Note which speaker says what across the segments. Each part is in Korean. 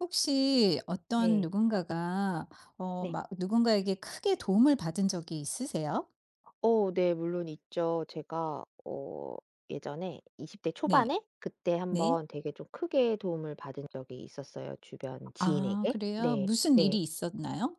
Speaker 1: 혹시 어떤
Speaker 2: 네.
Speaker 1: 누군가가
Speaker 2: 네.
Speaker 1: 막 누군가에게 크게 도움을 받은 적이 있으세요?
Speaker 2: 네. 물론 있죠. 제가 예전에 20대
Speaker 1: 네.
Speaker 2: 초반에 그때
Speaker 1: 네.
Speaker 2: 한번 되게 좀 크게 도움을 받은 적이 있었어요, 주변
Speaker 1: 아
Speaker 2: 지인에게.
Speaker 1: 그래요?
Speaker 2: 네.
Speaker 1: 무슨
Speaker 2: 네.
Speaker 1: 일이 있었나요?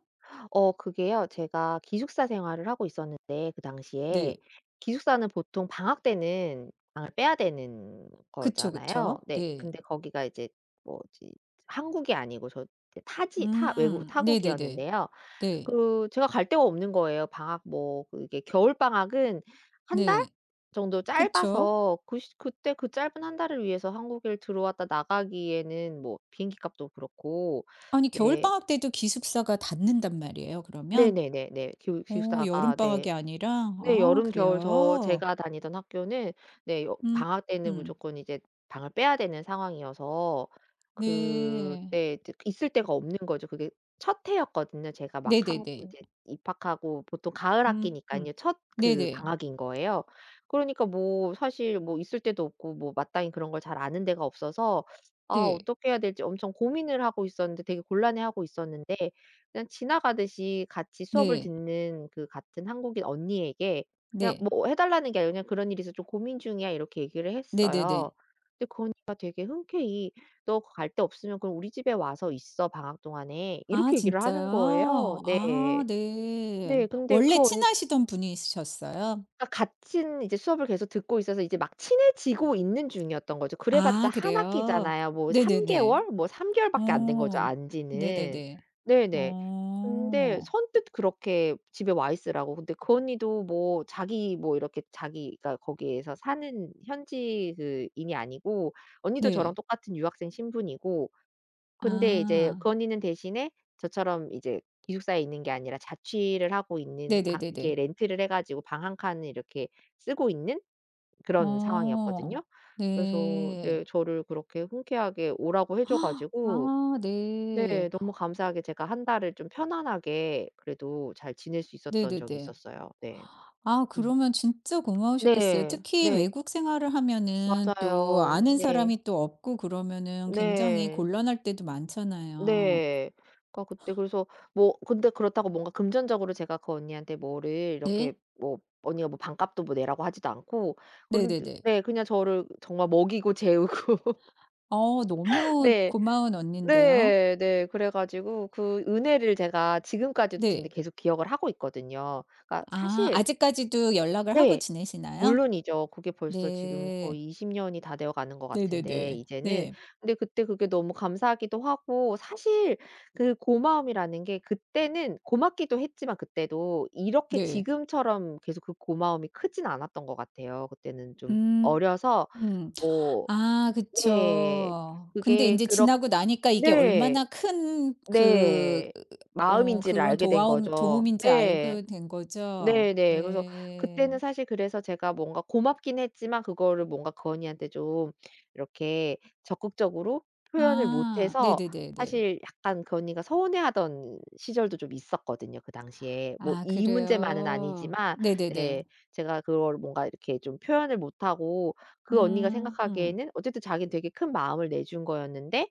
Speaker 2: 그게요. 제가 기숙사 생활을 하고 있었는데 그 당시에
Speaker 1: 네.
Speaker 2: 기숙사는 보통 방학 때는 방을 빼야 되는
Speaker 1: 그쵸,
Speaker 2: 거잖아요.
Speaker 1: 그쵸.
Speaker 2: 네.
Speaker 1: 네.
Speaker 2: 근데 거기가 이제 뭐지, 한국이 아니고 저 이제 타지 타 외국
Speaker 1: 음. 네네네. 네.
Speaker 2: 타국이었는데요.
Speaker 1: 네.
Speaker 2: 그 제가 갈 데가 없는 거예요. 방학 뭐 그게 겨울 방학은 한
Speaker 1: 네,
Speaker 2: 달
Speaker 1: 네,
Speaker 2: 정도
Speaker 1: 그쵸.
Speaker 2: 짧아서 그 시 그때 그 짧은 한 달을 위해서 한국에 들어왔다 나가기에는 뭐 비행기 값도 그렇고.
Speaker 1: 아니
Speaker 2: 네.
Speaker 1: 겨울방학 때도 기숙사가 닫는단 말이에요, 그러면?
Speaker 2: 네네네네. 기숙
Speaker 1: 어
Speaker 2: 기숙사가 네.
Speaker 1: 여름방학이 아니라?
Speaker 2: 네.
Speaker 1: 아
Speaker 2: 여름, 겨울
Speaker 1: 그래요?
Speaker 2: 제가 다니던 학교는 네 여
Speaker 1: 음.
Speaker 2: 방학 때는
Speaker 1: 음.
Speaker 2: 무조건 이제 방을 빼야 되는 상황이어서
Speaker 1: 네.
Speaker 2: 그때 이제 있을 데가 없는 거죠. 그게 첫 해였거든요. 제가 막 한
Speaker 1: 네네네.
Speaker 2: 이제 입학하고 보통 가을 학
Speaker 1: 음.
Speaker 2: 기니까
Speaker 1: 음.
Speaker 2: 요 첫
Speaker 1: 네네.
Speaker 2: 그
Speaker 1: 네.
Speaker 2: 방학인 거예요. 그러니까 뭐 사실 뭐 있을 데도 없고 뭐 마땅히 그런 걸 잘 아는 데가 없어서 '아
Speaker 1: 네.
Speaker 2: 어떻게 해야 될지.' 엄청 고민을 하고 있었는데, 되게 곤란해하고 있었는데 그냥 지나가듯이 같이
Speaker 1: 네,
Speaker 2: 수업을
Speaker 1: 네.
Speaker 2: 듣는 그 같은 한국인 언니에게 그냥
Speaker 1: 네.
Speaker 2: 뭐 해 달라는 게 아니고 "그냥 그런 일이 있어서 좀 고민 중이야." 이렇게 얘기를 했어요.
Speaker 1: 네네네.
Speaker 2: 그러니까 되게 흔쾌히 "너 갈 데 없으면 그럼 우리 집에 와서 있어, 방학 동안에."
Speaker 1: 아
Speaker 2: 이렇게 얘기를 하는 거예요.
Speaker 1: 진짜요? 아
Speaker 2: 네. 네.
Speaker 1: 네.
Speaker 2: 근데
Speaker 1: 원래
Speaker 2: 그언
Speaker 1: 친하시던 분이셨어요?
Speaker 2: 아 같은 이제 수업을 계속 듣고 있어서 이제 막 친해지고 있는 중이었던 거죠. 그래 봤자
Speaker 1: 아
Speaker 2: 한
Speaker 1: 그래요?
Speaker 2: 학기잖아요. 뭐 3
Speaker 1: 네네네.
Speaker 2: 개월, 뭐 3 개월밖에 안 된 거죠,
Speaker 1: 어.
Speaker 2: 안 지는.
Speaker 1: 네네네.
Speaker 2: 네네. 근데
Speaker 1: 어.
Speaker 2: 선뜻 그렇게 "집에 와 있으라."고. 근데 그 언니도 뭐 자기 뭐 이렇게 자기가 거기에서 사는 현지 그 인이 아니고 언니도 저랑
Speaker 1: 네.
Speaker 2: 똑같은 유학생 신분이고, 근데 이제 그
Speaker 1: 아.
Speaker 2: 언니는 대신에 저처럼 이제 기숙사에 있는 게 아니라 자취를 하고 있는 방,
Speaker 1: 네네네네.
Speaker 2: 이게 렌트를 해 가지고 방 한 칸을 이렇게 쓰고 있는 그런
Speaker 1: 어.
Speaker 2: 상황이었거든요. 그래서
Speaker 1: 네.
Speaker 2: 네 저를 그렇게 흔쾌하게 오라고 해줘 가지고
Speaker 1: 아
Speaker 2: 네
Speaker 1: 네.
Speaker 2: 너무 감사하게 제가 한 달을 좀 편안하게 그래도 잘 지낼 수 있었던 적이
Speaker 1: 네네네.
Speaker 2: 있었어요. 네.
Speaker 1: 아
Speaker 2: 음.
Speaker 1: 그러면 진짜 고마우셨겠어요.
Speaker 2: 네.
Speaker 1: 특히
Speaker 2: 네.
Speaker 1: 외국 생활을 하면은 또
Speaker 2: 맞아요.
Speaker 1: 아는
Speaker 2: 네.
Speaker 1: 사람이 또 없고 그러면은 굉장히
Speaker 2: 네.
Speaker 1: 곤란할 때도 많잖아요.
Speaker 2: 네. 그러니까 그때 그래서 뭐, 근데 그렇다고 뭔가 금전적으로 제가 그 언니한테 뭐를 이렇게
Speaker 1: 네.
Speaker 2: 뭐 언니가 뭐 반값도 뭐 내라고 하지도 않고, 그런데
Speaker 1: 네네네.
Speaker 2: 네 그냥 저를 정말 먹이고 재우고
Speaker 1: 어 너무
Speaker 2: 네.
Speaker 1: 고마운 언니인데요.
Speaker 2: 네. 네. 그래 가지고 그 은혜를 제가 지금까지도 근데
Speaker 1: 네.
Speaker 2: 계속 기억을 하고 있거든요. 그러니까
Speaker 1: 아
Speaker 2: 사실
Speaker 1: 아직까지도 연락을 하고
Speaker 2: 네.
Speaker 1: 지내시나요?
Speaker 2: 물론이죠. 그게 벌써 지금
Speaker 1: 네.
Speaker 2: 거의 20 년이 다 되어 가는 것 같은데
Speaker 1: 네네네.
Speaker 2: 이제는,
Speaker 1: 네.
Speaker 2: 근데 그때 그게 너무 감사하기도 하고 사실 그 고마움이라는 게, 그때는 고맙기도 했지만 그때도 이렇게
Speaker 1: 네.
Speaker 2: 지금처럼 계속 그 고마움이 크진 않았던 것 같아요. 그때는 좀
Speaker 1: 음.
Speaker 2: 어려서
Speaker 1: 음.
Speaker 2: 뭐.
Speaker 1: 아
Speaker 2: 네.
Speaker 1: 그쵸. 근데
Speaker 2: 그게
Speaker 1: 인제
Speaker 2: 그렇
Speaker 1: 지나고 나니까 이게
Speaker 2: 네.
Speaker 1: 얼마나 큰 그
Speaker 2: 네.
Speaker 1: 어
Speaker 2: 마음인지를
Speaker 1: 그런
Speaker 2: 알게 된
Speaker 1: 도와움
Speaker 2: 거죠.
Speaker 1: 도움인지
Speaker 2: 네.
Speaker 1: 알게 된 거죠?
Speaker 2: 네네. 그래서 그때는
Speaker 1: 네.
Speaker 2: 사실, 그래서 제가 뭔가 고맙긴 했지만 그거를 뭔가 건이한테 좀 이렇게 적극적으로 표현을
Speaker 1: 아
Speaker 2: 못해서
Speaker 1: 네네네네.
Speaker 2: 사실 약간 건이가 서운해하던 시절도 좀 있었거든요, 그 당시에. 뭐
Speaker 1: 아
Speaker 2: 이 문제만은
Speaker 1: 그래요?
Speaker 2: 아니지만, 네
Speaker 1: 네네네.
Speaker 2: 제가 그걸 뭔가 이렇게 좀 표현을 못하고, 그 언니가
Speaker 1: 음. 음.
Speaker 2: 생각하기에는 어쨌든 자기는 되게 큰 마음을 내준 거였는데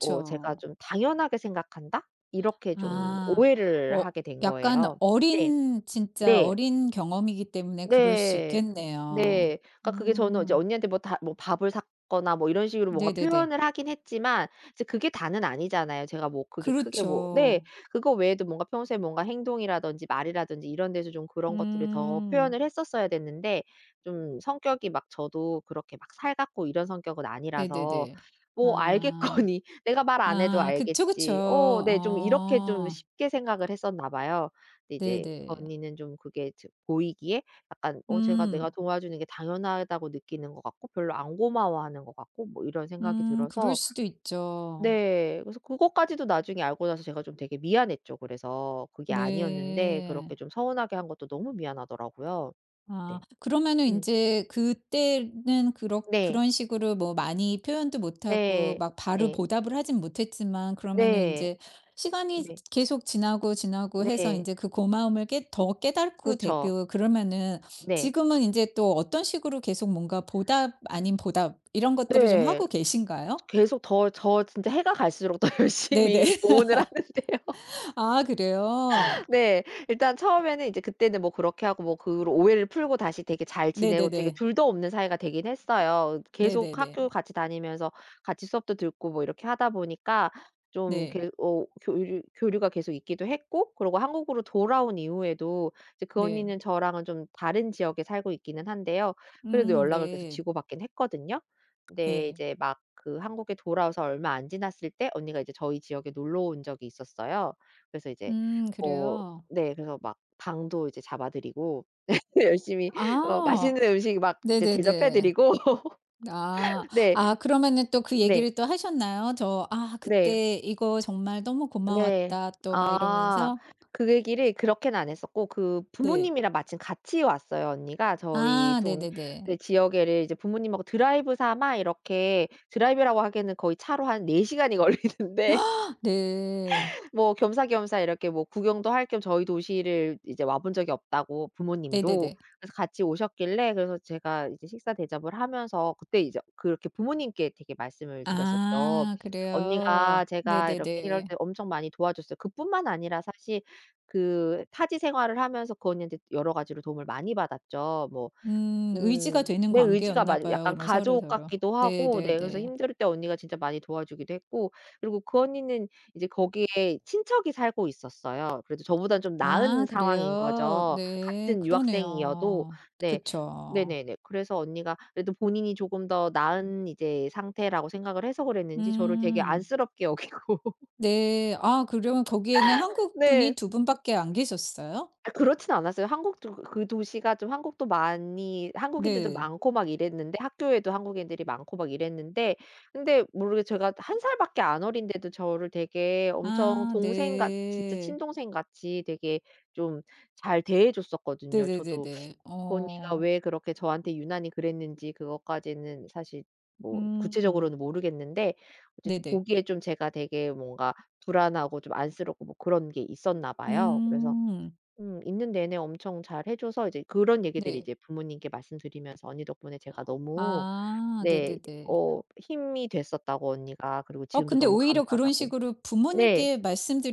Speaker 2: 제가 좀 '당연하게 생각한다.' 이렇게 좀
Speaker 1: 아.
Speaker 2: 오해를
Speaker 1: 어
Speaker 2: 하게 된
Speaker 1: 약간
Speaker 2: 거예요. 네.
Speaker 1: 어린 진짜
Speaker 2: 네.
Speaker 1: 어린 경험이기 때문에 그럴 수
Speaker 2: 네.
Speaker 1: 있겠네요.
Speaker 2: 네. 그러니까 그게 저는 이제
Speaker 1: 음.
Speaker 2: 언니한테 뭐 다 뭐 밥을 샀거나 뭐 이런 식으로 뭔가
Speaker 1: 네네네.
Speaker 2: 표현을 하긴 했지만 이제 그게 다는 아니잖아요. 제가 뭐 그게 크게 뭐 네.
Speaker 1: 그렇죠.
Speaker 2: 그거 외에도 뭔가 평소에 뭔가 행동이라든지 말이라든지 이런 데서 좀 그런 것들을 더
Speaker 1: 음.
Speaker 2: 표현을 했었어야 됐는데, 좀 성격이 막 저도 그렇게 막 살갑고 이런 성격은 아니라서
Speaker 1: 네네네.
Speaker 2: 뭐
Speaker 1: 아.
Speaker 2: 알겠거니, 내가 말 안 해도
Speaker 1: 아 그쵸, 그쵸.
Speaker 2: 알겠지, 네 좀 이렇게 좀
Speaker 1: 어.
Speaker 2: 쉽게 생각을 했었나 봐요. 근데 이제 그
Speaker 1: 네네.
Speaker 2: 언니는 좀 그게 즈 보이기에 약간 제가 내가
Speaker 1: 음.
Speaker 2: 도와주는 게 당연하다고 느끼는 것 같고 별로 안 고마워하는 것 같고 뭐 이런 생각이
Speaker 1: 그럴
Speaker 2: 들어서
Speaker 1: 수도 있죠.
Speaker 2: 네 그래서 그것까지도 나중에 알고 나서 제가 좀 되게 미안했죠. 그래서 그게 아니었는데
Speaker 1: 네.
Speaker 2: 그렇게 좀 서운하게 한 것도 너무 미안하더라고요.
Speaker 1: 아
Speaker 2: 네.
Speaker 1: 그러면은 이
Speaker 2: 음.
Speaker 1: 제 그때는 그렇
Speaker 2: 네.
Speaker 1: 그런 식으로 뭐 많이 표현도 못 하고
Speaker 2: 네.
Speaker 1: 막 바로
Speaker 2: 네.
Speaker 1: 보답을 하진 못했지만, 그러면은 이
Speaker 2: 네.
Speaker 1: 제 시간이
Speaker 2: 네.
Speaker 1: 계속 지나고 지나고 해서 이
Speaker 2: 네.
Speaker 1: 제 그 고마움을 깨 더 깨닫고
Speaker 2: 그렇죠.
Speaker 1: 되고 그러면은
Speaker 2: 네.
Speaker 1: 지금은 이제 또 어떤 식으로 계속 뭔가 보답 아닌 보답 이런 것들을 좀
Speaker 2: 네.
Speaker 1: 하고 계신가요?
Speaker 2: 계속 더 저 진짜 해가 갈수록 더 열심히
Speaker 1: 네네.
Speaker 2: 보온을 하는데요.
Speaker 1: 아 그래요?
Speaker 2: 네. 일단 처음에는 이제 그때는 뭐 그렇게 하고 뭐 그 오해를 풀고 다시 되게 잘 지내고 되게
Speaker 1: 네네네.
Speaker 2: 둘도 없는 사이가 되긴 했어요. 계속
Speaker 1: 네네네.
Speaker 2: 학교 같이 다니면서 같이 수업도 듣고 뭐 이렇게 하다 보니까 좀
Speaker 1: 네.
Speaker 2: 계 어 교류가 계속 있기도 했고, 그러고 한국으로 돌아온 이후에도 이제 그
Speaker 1: 네.
Speaker 2: 언니는 저랑은 좀 다른 지역에 살고 있기는 한데요. 그래도 연락을 계속
Speaker 1: 네.
Speaker 2: 주고받긴 했거든요. 근데
Speaker 1: 예.
Speaker 2: 이제 막 그 한국에 돌아와서 얼마 안 지났을 때 언니가 이제 저희 지역에 놀러 온 적이 있었어요. 그래서 이제 뭐
Speaker 1: 그래요?
Speaker 2: 네. 그래서 막 방도 이제 잡아 드리고 열심히
Speaker 1: 아.
Speaker 2: 맛있는 음식 막 이제 대접해
Speaker 1: 네네네.
Speaker 2: 드리고
Speaker 1: 아.
Speaker 2: 네.
Speaker 1: 아 그러면은 또 그
Speaker 2: 네.
Speaker 1: 얘기를 또 하셨나요? 저 "아
Speaker 2: 네.
Speaker 1: 그때 이거 정말 너무
Speaker 2: 네.
Speaker 1: 고마웠다." 또 막
Speaker 2: 아.
Speaker 1: 이러면서?
Speaker 2: 그 얘기를 그렇게는 안 했었고 그
Speaker 1: 네.
Speaker 2: 부모님이랑 마침 같이 왔어요, 언니가. 저희
Speaker 1: 아
Speaker 2: 동
Speaker 1: 네네네.
Speaker 2: 네 지역에를 이제 부모님하고 드라이브 삼아, 이렇게 드라이브라고 하기에는 거의 차로 한 4 시간이 걸리는데,
Speaker 1: 네.
Speaker 2: 뭐 겸사겸사 이렇게 뭐 구경도 할 겸, 저희 도시를 이제 와본 적이 없다고 부모님도.
Speaker 1: 네네네.
Speaker 2: 그래서 같이 오셨길래 그래서 제가 이제 식사 대접을 하면서 그때 이제 그렇게 부모님께 되게 말씀을 드렸었죠.
Speaker 1: 아
Speaker 2: "언니가
Speaker 1: 그래요?
Speaker 2: 제가 이렇게 이럴
Speaker 1: 네네네.
Speaker 2: 때 엄청 많이 도와줬어요." 그뿐만 아니라 사실 그 타지 생활을 하면서 그 언니한테 여러 가지로 도움을 많이 받았죠. 뭐
Speaker 1: 의지가 되는
Speaker 2: 내 의지가
Speaker 1: 관계였나
Speaker 2: 많이
Speaker 1: 봐요
Speaker 2: 약간
Speaker 1: 그럼
Speaker 2: 가족
Speaker 1: 서로서로.
Speaker 2: 같기도 하고 네 그래서
Speaker 1: 네네네.
Speaker 2: 힘들 때 언니가 진짜 많이 도와주기도 했고. 그리고 그 언니는 이제 거기에 친척이 살고 있었어요. 그래도 저보단 좀 나은
Speaker 1: 아
Speaker 2: 상황인
Speaker 1: 그래요?
Speaker 2: 거죠,
Speaker 1: 네.
Speaker 2: 같은 유학생이어도.
Speaker 1: 그러네요.
Speaker 2: 네.
Speaker 1: 그쵸.
Speaker 2: 네네네. 그래서 언니가 그래도 본인이 조금 더 나은 이제 상태라고 생각을 해서 그랬는지 저를 되게
Speaker 1: 음.
Speaker 2: 안쓰럽게 여기고
Speaker 1: 네. 아 그러면 거기에는 한국
Speaker 2: 네.
Speaker 1: 분이 두 분밖에 안 계셨어요?
Speaker 2: 아 그렇진 않았어요. 한국도 그 그 도시가 좀 한국도 많이 한국인들도
Speaker 1: 네.
Speaker 2: 많고 막 이랬는데 학교에도 한국인들이 많고 막 이랬는데 근데 모르게 제가 한 살밖에 안 어린데도 저를 되게 엄청
Speaker 1: 아
Speaker 2: 동생 같, 진짜
Speaker 1: 네.
Speaker 2: 친동생 같이 되게 좀 잘 대해 줬었거든요. 저도
Speaker 1: 네네네네.
Speaker 2: 그 언니가
Speaker 1: 어.
Speaker 2: 왜 그렇게 저한테 유난히 그랬는지 그것까지는 사실 뭐
Speaker 1: 음.
Speaker 2: 구체적으로는 모르겠는데, 어쨌든
Speaker 1: 네네.
Speaker 2: 보기에 좀 제가 되게 뭔가 불안하고 좀 안쓰럽고 뭐 그런 게 있었나 봐요. 그래서
Speaker 1: 음.
Speaker 2: 있는 내내 엄청 잘해 줘서 이제 그런 얘기들을
Speaker 1: 네.
Speaker 2: 이제 부모님께 말씀드리면서 "언니 덕분에 제가 너무
Speaker 1: 아
Speaker 2: 네
Speaker 1: 네네네.
Speaker 2: 힘이 됐었다."고, 언니가 그리고
Speaker 1: 어
Speaker 2: "지금도
Speaker 1: 근데
Speaker 2: 너무
Speaker 1: 오히려 그런
Speaker 2: 감사하다."고.
Speaker 1: 식으로
Speaker 2: 네.
Speaker 1: 부모님께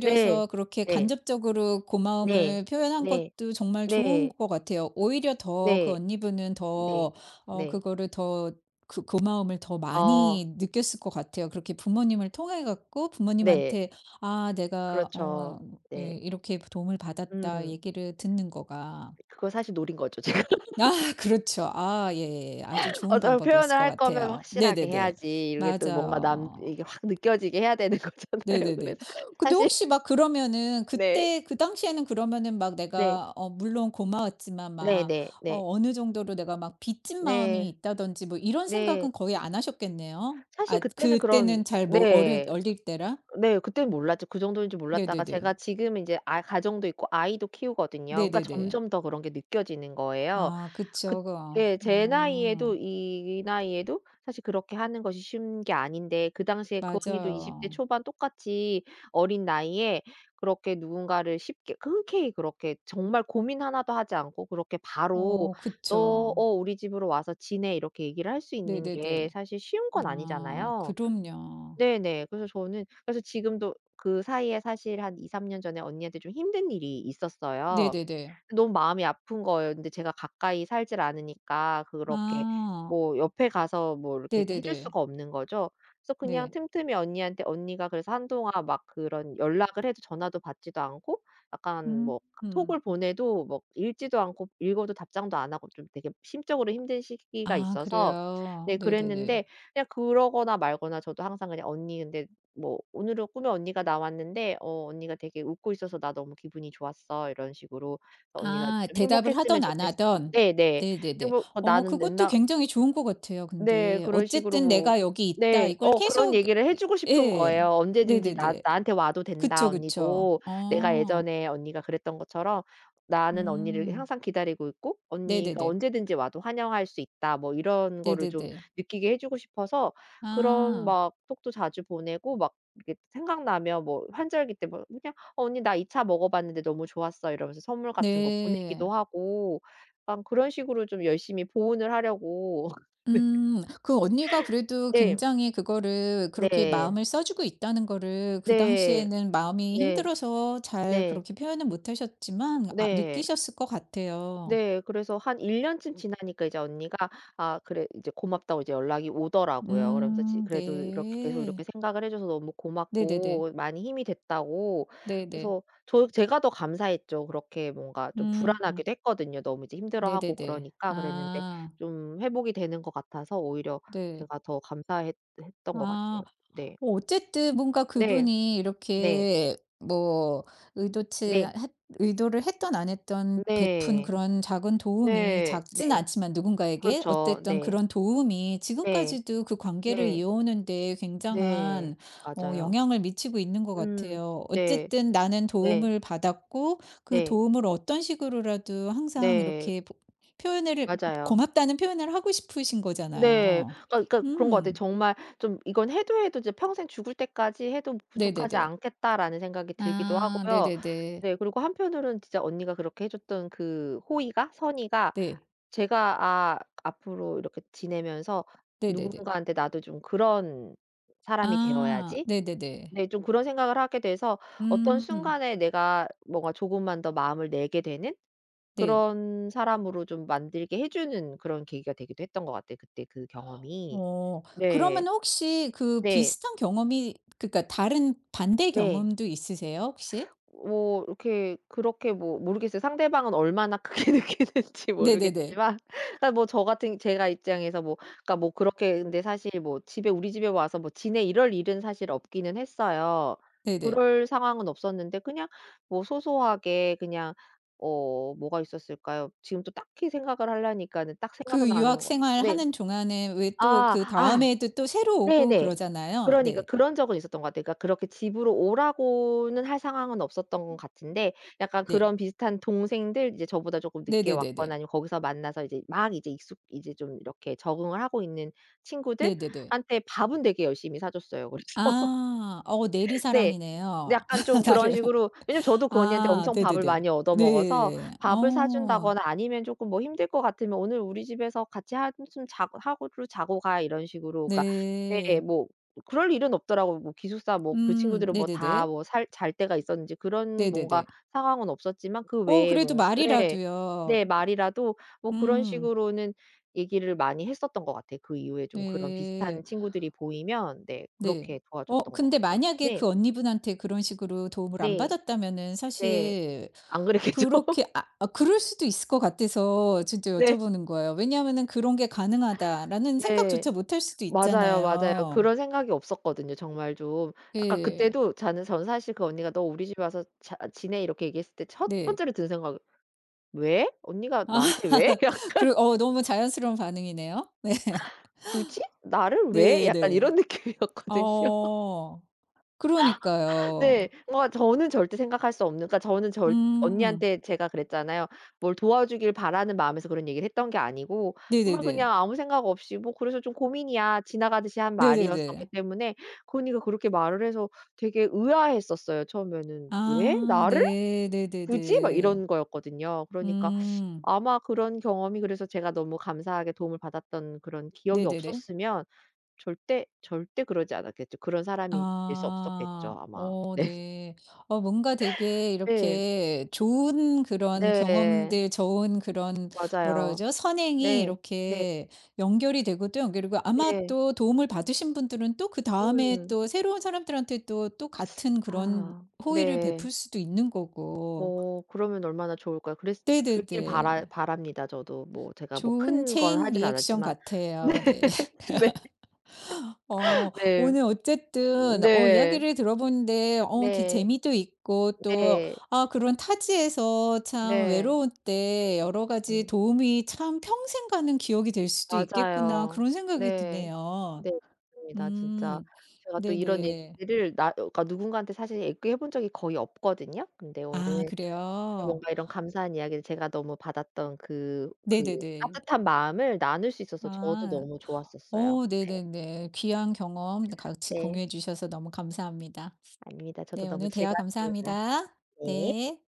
Speaker 2: 네.
Speaker 1: 그렇게
Speaker 2: 네.
Speaker 1: 간접적으로
Speaker 2: 네.
Speaker 1: 고마움을 표현한
Speaker 2: 네.
Speaker 1: 것도 정말 좋은
Speaker 2: 네.
Speaker 1: 것 같아요. 오히려 더 그
Speaker 2: 네.
Speaker 1: 언니분은
Speaker 2: 네.
Speaker 1: 더 어
Speaker 2: 네.
Speaker 1: 그거를 더 그 고마움을 더
Speaker 2: 어
Speaker 1: 많이 느꼈을 것 같아요. 그렇게 부모님을 통해 갖고
Speaker 2: 네.
Speaker 1: 부모님한테 '아 내가
Speaker 2: 그렇죠.
Speaker 1: 어
Speaker 2: 네.
Speaker 1: 예 이렇게 도움을 받았다.'
Speaker 2: 음.
Speaker 1: 얘기를 듣는 거가.
Speaker 2: 그거 사실 노린 거죠, 제가.
Speaker 1: 아 그렇죠. 아 예예 예. 아주 좋은
Speaker 2: 어차피
Speaker 1: 방법이었을
Speaker 2: 표현을
Speaker 1: 것
Speaker 2: 할 거면
Speaker 1: 같아요.
Speaker 2: 확실하게
Speaker 1: 네네네.
Speaker 2: 해야지. 이게 또 뭔가 남
Speaker 1: 맞아요.
Speaker 2: 이게 확 느껴지게 해야 되는 거잖아요.
Speaker 1: 네네네.
Speaker 2: 그래서
Speaker 1: 근데
Speaker 2: 사실
Speaker 1: 혹시 막 그러면은
Speaker 2: 네.
Speaker 1: 그때 그 당시에는 그러면은 막
Speaker 2: 네.
Speaker 1: 내가 어 물론 고마웠지만 막
Speaker 2: 네네. 네.
Speaker 1: 어 어느 정도로 내가 막 빚진 마음이
Speaker 2: 네.
Speaker 1: 있다든지 뭐 이런
Speaker 2: 네.
Speaker 1: 생각은 거의 안 하셨겠네요.
Speaker 2: 사실
Speaker 1: 아
Speaker 2: 그때는 그런
Speaker 1: 그때는 잘 뭐
Speaker 2: 네.
Speaker 1: 어릴 때라?
Speaker 2: 네. 그때는 몰랐죠. 그 정도인 줄 몰랐다가
Speaker 1: 네네네.
Speaker 2: 제가 지금은 이제 아 가정도 있고 아이도 키우거든요. 그러니까
Speaker 1: 네네네.
Speaker 2: 점점 더 그런 게 느껴지는 거예요.
Speaker 1: 아
Speaker 2: 그
Speaker 1: 그쵸. 그거
Speaker 2: 예 제 나이에도, 이 나이에도 사실 그렇게 하는 것이 쉬운 게 아닌데 그 당시에 그 언니도 20대
Speaker 1: 맞아요.
Speaker 2: 초반 똑같이 어린 나이에 그렇게 누군가를 쉽게 흔쾌히 그렇게 정말 고민 하나도 하지 않고 그렇게 바로
Speaker 1: 어
Speaker 2: "너
Speaker 1: 그쵸.
Speaker 2: 우리 집으로 와서 지내." 이렇게 얘기를 할 수 있는 게
Speaker 1: 네네네.
Speaker 2: 사실 쉬운 건
Speaker 1: 아
Speaker 2: 아니잖아요.
Speaker 1: 그럼요.
Speaker 2: 네네. 그래서 저는 그래서 지금도 그 사이에 사실 한 2-3년 전에 언니한테 좀 힘든 일이 있었어요.
Speaker 1: 네네네.
Speaker 2: 너무 마음이 아픈 거예요. 근데 제가 가까이 살질 않으니까 그렇게
Speaker 1: 아
Speaker 2: 뭐 옆에 가서 뭐 이렇게 해줄
Speaker 1: 네네네.
Speaker 2: 수가 없는 거죠. 그래서 그냥
Speaker 1: 네.
Speaker 2: 틈틈이 언니한테, 언니가 그래서 한동안 막 그런 연락을 해도 전화도 받지도 않고 약간
Speaker 1: 음.
Speaker 2: 뭐 톡을
Speaker 1: 음.
Speaker 2: 보내도 뭐 읽지도 않고 읽어도 답장도 안 하고 좀 되게 심적으로 힘든 시기가
Speaker 1: 아
Speaker 2: 있어서
Speaker 1: 그래요.
Speaker 2: 네 그랬는데,
Speaker 1: 네네네.
Speaker 2: 그냥 그러거나 말거나 저도 항상 그냥 "언니 근데 뭐 오늘은 꿈에 언니가 나왔는데 언니가 되게 웃고 있어서 나 너무 기분이 좋았어." 이런 식으로 언니가
Speaker 1: 아
Speaker 2: 좀
Speaker 1: 대답을 하
Speaker 2: 행복했으면
Speaker 1: 던 안 하
Speaker 2: 좋겠어.
Speaker 1: 던
Speaker 2: 네네.
Speaker 1: 네네네.
Speaker 2: 행복
Speaker 1: 어
Speaker 2: 나는
Speaker 1: 그것도
Speaker 2: 옛나
Speaker 1: 굉장히 좋은 것 같아요
Speaker 2: 네.
Speaker 1: 근데.
Speaker 2: 그런 식으로
Speaker 1: 어쨌든
Speaker 2: 뭐
Speaker 1: '내가 여기 있다.'
Speaker 2: 네.
Speaker 1: 이걸
Speaker 2: 그런
Speaker 1: 계속
Speaker 2: 얘기를 해 주고 싶은
Speaker 1: 예.
Speaker 2: 거예요. "언제든지 나
Speaker 1: 네네네.
Speaker 2: 나한테 와도 된다
Speaker 1: 그쵸, 그쵸.
Speaker 2: 언니도. 내가
Speaker 1: 어.
Speaker 2: 예전에 언니가 그랬던 것처럼 나는 언니를
Speaker 1: 음.
Speaker 2: 항상 기다리고 있고 언니가
Speaker 1: 네네네.
Speaker 2: 언제든지 와도 환영할 수 있다." 뭐 이런 거를 좀
Speaker 1: 네네네.
Speaker 2: 느끼게 해 주고 싶어서 그런
Speaker 1: 아.
Speaker 2: 막 톡도 자주 보내고 막 이렇게 생각나면 뭐 환절기 때 뭐 그냥 언니 나 이차 먹어 봤는데 너무 좋았어." 이러면서 선물 같은 거
Speaker 1: 네.
Speaker 2: 보내기도 하고 약간 그런 식으로 좀 열심히 보온을 하려고
Speaker 1: 음. 그 언니가 그래도
Speaker 2: 네.
Speaker 1: 굉장히 그거를 그렇게
Speaker 2: 네.
Speaker 1: 마음을 써 주고 있다는 거를 그
Speaker 2: 네.
Speaker 1: 당시에는 마음이
Speaker 2: 네.
Speaker 1: 힘들어서 잘
Speaker 2: 네.
Speaker 1: 그렇게 표현은 못 하셨지만 아
Speaker 2: 네.
Speaker 1: 느끼셨을 것 같아요.
Speaker 2: 네. 그래서 한 1 년쯤 지나니까 이제 언니가 "아 그래." 이제 고맙다고 이제 연락이 오더라고요. 그러면서 지 "그래도 이렇게 계속 이렇게
Speaker 1: 네.
Speaker 2: 생각을 해 줘서 너무
Speaker 1: 네네네.
Speaker 2: 고맙고 많이 힘이 됐다."고.
Speaker 1: 네네.
Speaker 2: 그래서 저 제가 더 감사했죠. 그렇게 뭔가 좀
Speaker 1: 음. 음.
Speaker 2: 불안하기도 했거든요. 너무 이제 힘들어하고
Speaker 1: 네네네.
Speaker 2: 그러니까 그랬는데
Speaker 1: 아.
Speaker 2: 좀 회복이 되는 것 같아서 오히려
Speaker 1: 네.
Speaker 2: 제가 더 감사했 했던 것 같아요.
Speaker 1: 아.
Speaker 2: 네.
Speaker 1: 뭐 어쨌든 뭔가
Speaker 2: 네.
Speaker 1: 그분이
Speaker 2: 네.
Speaker 1: 이렇게 뭐 의도치
Speaker 2: 네.
Speaker 1: 했 의도를 했던 안 했던 베푼
Speaker 2: 네.
Speaker 1: 그런 작은 도움이
Speaker 2: 네. 네.
Speaker 1: 작진
Speaker 2: 네.
Speaker 1: 않지만 누군가에게
Speaker 2: 그렇죠.
Speaker 1: 어쨌든
Speaker 2: 네.
Speaker 1: 그런 도움이
Speaker 2: 네.
Speaker 1: 지금까지도 그 관계를
Speaker 2: 네.
Speaker 1: 이어오는 데
Speaker 2: 네.
Speaker 1: 굉장한 어
Speaker 2: 맞아요.
Speaker 1: 영향을 미치고 있는 것
Speaker 2: 음.
Speaker 1: 같아요.
Speaker 2: 네.
Speaker 1: 어쨌든 나는
Speaker 2: 네.
Speaker 1: 도움을 받았고 그
Speaker 2: 네.
Speaker 1: 도움을 어떤 식으로라도 항상
Speaker 2: 네.
Speaker 1: 이렇게 보 표현을
Speaker 2: 맞아요.
Speaker 1: 고맙다는 표현을 하고 싶으신
Speaker 2: 네.
Speaker 1: 거잖아요.
Speaker 2: 그러니까 그러니까 그런 것 같아요.
Speaker 1: 음.
Speaker 2: 정말 좀 '이건 해도 해도 이제 평생 죽을 때까지 해도 부족하지
Speaker 1: 네네네.
Speaker 2: 않겠다.'라는 생각이 들기도
Speaker 1: 아
Speaker 2: 하고요.
Speaker 1: 네네네.
Speaker 2: 네. 그리고 한편으로는 진짜 언니가 그렇게 해 줬던 그 호의가, 선의가
Speaker 1: 네.
Speaker 2: 제가 아 앞으로 이렇게 지내면서
Speaker 1: 네네네.
Speaker 2: 누군가한테 나도 좀 그런 사람이
Speaker 1: 아
Speaker 2: 되어야지.
Speaker 1: 네네네.
Speaker 2: 네. 좀 그런 생각을 하게 돼서 어떤
Speaker 1: 음
Speaker 2: 순간에 내가 뭔가 조금만 더 마음을 내게 되는
Speaker 1: 네.
Speaker 2: 그런 사람으로 좀 만들게 해 주는 그런 계기가 되기도 했던 것 같아요, 그때 그 경험이.
Speaker 1: 어
Speaker 2: 네.
Speaker 1: 그러면 혹시 그
Speaker 2: 네.
Speaker 1: 비슷한 경험이 그러니까 다른 반대
Speaker 2: 네.
Speaker 1: 경험도 있으세요 혹시?
Speaker 2: 뭐 이렇게 그렇게 뭐 모르겠어요. 상대방은 얼마나 크게 느끼는지
Speaker 1: 네네네.
Speaker 2: 모르겠지만 그러니까 뭐 저 같은 제가 입장에서 뭐 그러니까 뭐 그렇게, 근데 사실 뭐 집에 우리 집에 와서 뭐 지내 이럴 일은 사실 없기는 했어요.
Speaker 1: 네네.
Speaker 2: 그럴 상황은 없었는데 그냥 뭐 소소하게 그냥 뭐가 있었을까요? 지금 또 딱히 생각을 하려니까는 딱 생각은
Speaker 1: 그 유학
Speaker 2: 나는 거 네.
Speaker 1: 생활하는 동안에 왜 또
Speaker 2: 아. 아.
Speaker 1: 그다음에도 또 새로 오고
Speaker 2: 네네.
Speaker 1: 그러잖아요.
Speaker 2: 그러니까
Speaker 1: 네.
Speaker 2: 그런 적은 있었던 것 같아요. 그러니까 그렇게 집으로 오라고는 할 상황은 없었던 것 같은데 약간
Speaker 1: 네.
Speaker 2: 그런 비슷한 동생들, 이제 저보다 조금 늦게
Speaker 1: 네네네네.
Speaker 2: 왔거나 아니면 거기서 만나서 이제 막 이제 익숙 이제 좀 이렇게 적응을 하고 있는
Speaker 1: 네네네.
Speaker 2: 친구들한테 밥은 되게 열심히 사 줬어요. 그래서
Speaker 1: 아. 어
Speaker 2: 네.
Speaker 1: 내리사랑이네요
Speaker 2: 약간 좀 그런
Speaker 1: 나름.
Speaker 2: 식으로 왜냐면 저도 그 언니한테
Speaker 1: 아
Speaker 2: 엄청 밥을
Speaker 1: 네네네.
Speaker 2: 많이 얻어 먹어서
Speaker 1: 네.
Speaker 2: 밥을
Speaker 1: 어.
Speaker 2: 사준다거나 아니면 쪼끔 뭐 "힘들 것 같으면 오늘 우리 집에서 같이 한숨 자고 하루 자고 가." 이런 식으로 그러니까 네
Speaker 1: 네.
Speaker 2: 뭐 그럴 일은 없더라고요. 뭐 기숙사 뭐 그 친구들은 뭐 다
Speaker 1: 네네네.
Speaker 2: 뭐 살 잘 때가 있었는지 그런 뭔가
Speaker 1: 네네네.
Speaker 2: 상황은 없었지만 그
Speaker 1: 어
Speaker 2: 외에
Speaker 1: 그래도
Speaker 2: 뭐 네.
Speaker 1: 말이라도요.
Speaker 2: 네 말이라도 뭐 그런
Speaker 1: 음
Speaker 2: 식으로는 얘기를 많이 했었던 것 같아요. 그 이후에 좀 그런
Speaker 1: 네.
Speaker 2: 비슷한 친구들이 보이면 네
Speaker 1: 네.
Speaker 2: 그렇게
Speaker 1: 어
Speaker 2: 도와줬던 것
Speaker 1: 근데
Speaker 2: 같아요.
Speaker 1: 만약에
Speaker 2: 네.
Speaker 1: 그 언니분한테 그런 식으로 도움을 안
Speaker 2: 네.
Speaker 1: 받았다면은
Speaker 2: 네.
Speaker 1: 사실
Speaker 2: 안 그랬겠죠?
Speaker 1: 그렇게 아 그럴 수도 있을 것 같아서 진짜
Speaker 2: 네.
Speaker 1: 여쭤보는 거예요. 왜냐하면은 '그런 게 가능하다.'라는
Speaker 2: 네.
Speaker 1: 생각조차 못할 수도
Speaker 2: 맞아요, 맞아요.
Speaker 1: 있잖아요.
Speaker 2: 그런 생각이 없었거든요, 정말 좀. 약간
Speaker 1: 예.
Speaker 2: 그때도 저는 전 사실 그 언니가 "너 우리 집에 와서 자 지내." 이렇게 얘기했을 때 첫
Speaker 1: 네.
Speaker 2: 번째로 든 생각은 '왜? 언니가
Speaker 1: 아
Speaker 2: 나한테 왜?' 약간
Speaker 1: 그래 어 너무 자연스러운 반응이네요. 네.
Speaker 2: '굳이? 나를 왜?' 약간
Speaker 1: 네네.
Speaker 2: 이런 느낌이었거든요.
Speaker 1: 어.
Speaker 2: 네.
Speaker 1: 그러니까요.
Speaker 2: 뭔가 저는 절대 생각할 수 없는, 그러니까 저는 절
Speaker 1: 음.
Speaker 2: 언니한테 제가 그랬잖아요. 뭘 도와주길 바라는 마음에서 그런 얘기를 했던 게 아니고 정말 그냥
Speaker 1: 네네네.
Speaker 2: 아무 생각 없이 "뭐 그래서 좀 고민이야." 지나가듯이 한 말이었었기
Speaker 1: 네네네.
Speaker 2: 때문에, 그 언니가 그렇게 말을 해서 되게 의아했었어요, 처음에는. '왜?
Speaker 1: 아
Speaker 2: 나를?
Speaker 1: 네.
Speaker 2: 굳이?' 막
Speaker 1: 네네네.
Speaker 2: 이런 거였거든요. 그러니까
Speaker 1: 음.
Speaker 2: 아마 그런 경험이 그래서 제가 너무 감사하게 도움을 받았던 그런 기억이
Speaker 1: 네네네.
Speaker 2: 없었으면 절대, 절대 그러지 않았겠죠. 그런 사람이 될 수 없었겠죠
Speaker 1: 아.
Speaker 2: 아마.
Speaker 1: 어
Speaker 2: 네.
Speaker 1: 네. 어 뭔가 되게
Speaker 2: 네.
Speaker 1: 이렇게 좋은 그런
Speaker 2: 네.
Speaker 1: 경험들 좋은 그런 뭐라
Speaker 2: 맞아요.
Speaker 1: 그러죠? 선행이
Speaker 2: 네. 네.
Speaker 1: 이렇게 연결이 되고 또 연결이고 아마
Speaker 2: 네.
Speaker 1: 또 도움을 받으신 분들은 또 그다음에
Speaker 2: 음.
Speaker 1: 또 새로운 사람들한테 또, 또 같은 그런
Speaker 2: 아.
Speaker 1: 호의를
Speaker 2: 네.
Speaker 1: 베풀 수도 있는 거고.
Speaker 2: 어 그러면 얼마나 좋을까요. 그랬길
Speaker 1: 네네네.
Speaker 2: 바라 바랍니다 저도. 뭐 제가 뭐
Speaker 1: 좋은
Speaker 2: 큰 건
Speaker 1: 체인
Speaker 2: 하진
Speaker 1: 리액션
Speaker 2: 않았지만.
Speaker 1: 같아요. 네.
Speaker 2: 네.
Speaker 1: 어
Speaker 2: 네.
Speaker 1: 오늘 어쨌든 어
Speaker 2: 네.
Speaker 1: 이야기를 들어보는데 어 기
Speaker 2: 네.
Speaker 1: 재미도 있고
Speaker 2: 네.
Speaker 1: 또
Speaker 2: 네.
Speaker 1: 아 그런 타지에서 참
Speaker 2: 네.
Speaker 1: 외로울 때 여러 가지
Speaker 2: 음.
Speaker 1: 도움이 참 '평생 가는 기억이 될 수도 있겠구나.'
Speaker 2: 맞아요.
Speaker 1: 그런 생각이
Speaker 2: 네.
Speaker 1: 드네요.
Speaker 2: 네. 맞습니다. 진짜
Speaker 1: 음.
Speaker 2: 제가 또 이런
Speaker 1: 네네.
Speaker 2: 얘기를 나 그러니까 누군가한테 사실 얘기해 본 적이 거의 없거든요. 근데 오늘
Speaker 1: 아 그래요?
Speaker 2: 뭔가 이런 감사한 이야기를, 제가 너무 받았던 그 그
Speaker 1: 네네네.
Speaker 2: 따뜻한 마음을 나눌 수 있어서 저도
Speaker 1: 아.
Speaker 2: 너무 좋았었어요.
Speaker 1: 오, 네네네. 귀한 경험 같이
Speaker 2: 네.
Speaker 1: 공유해 주셔서 너무 감사합니다.
Speaker 2: 아닙니다. 저도
Speaker 1: 네.
Speaker 2: 너무
Speaker 1: 오늘 대화
Speaker 2: 즐거웠습니다.
Speaker 1: 감사합니다.
Speaker 2: 네.
Speaker 1: 네.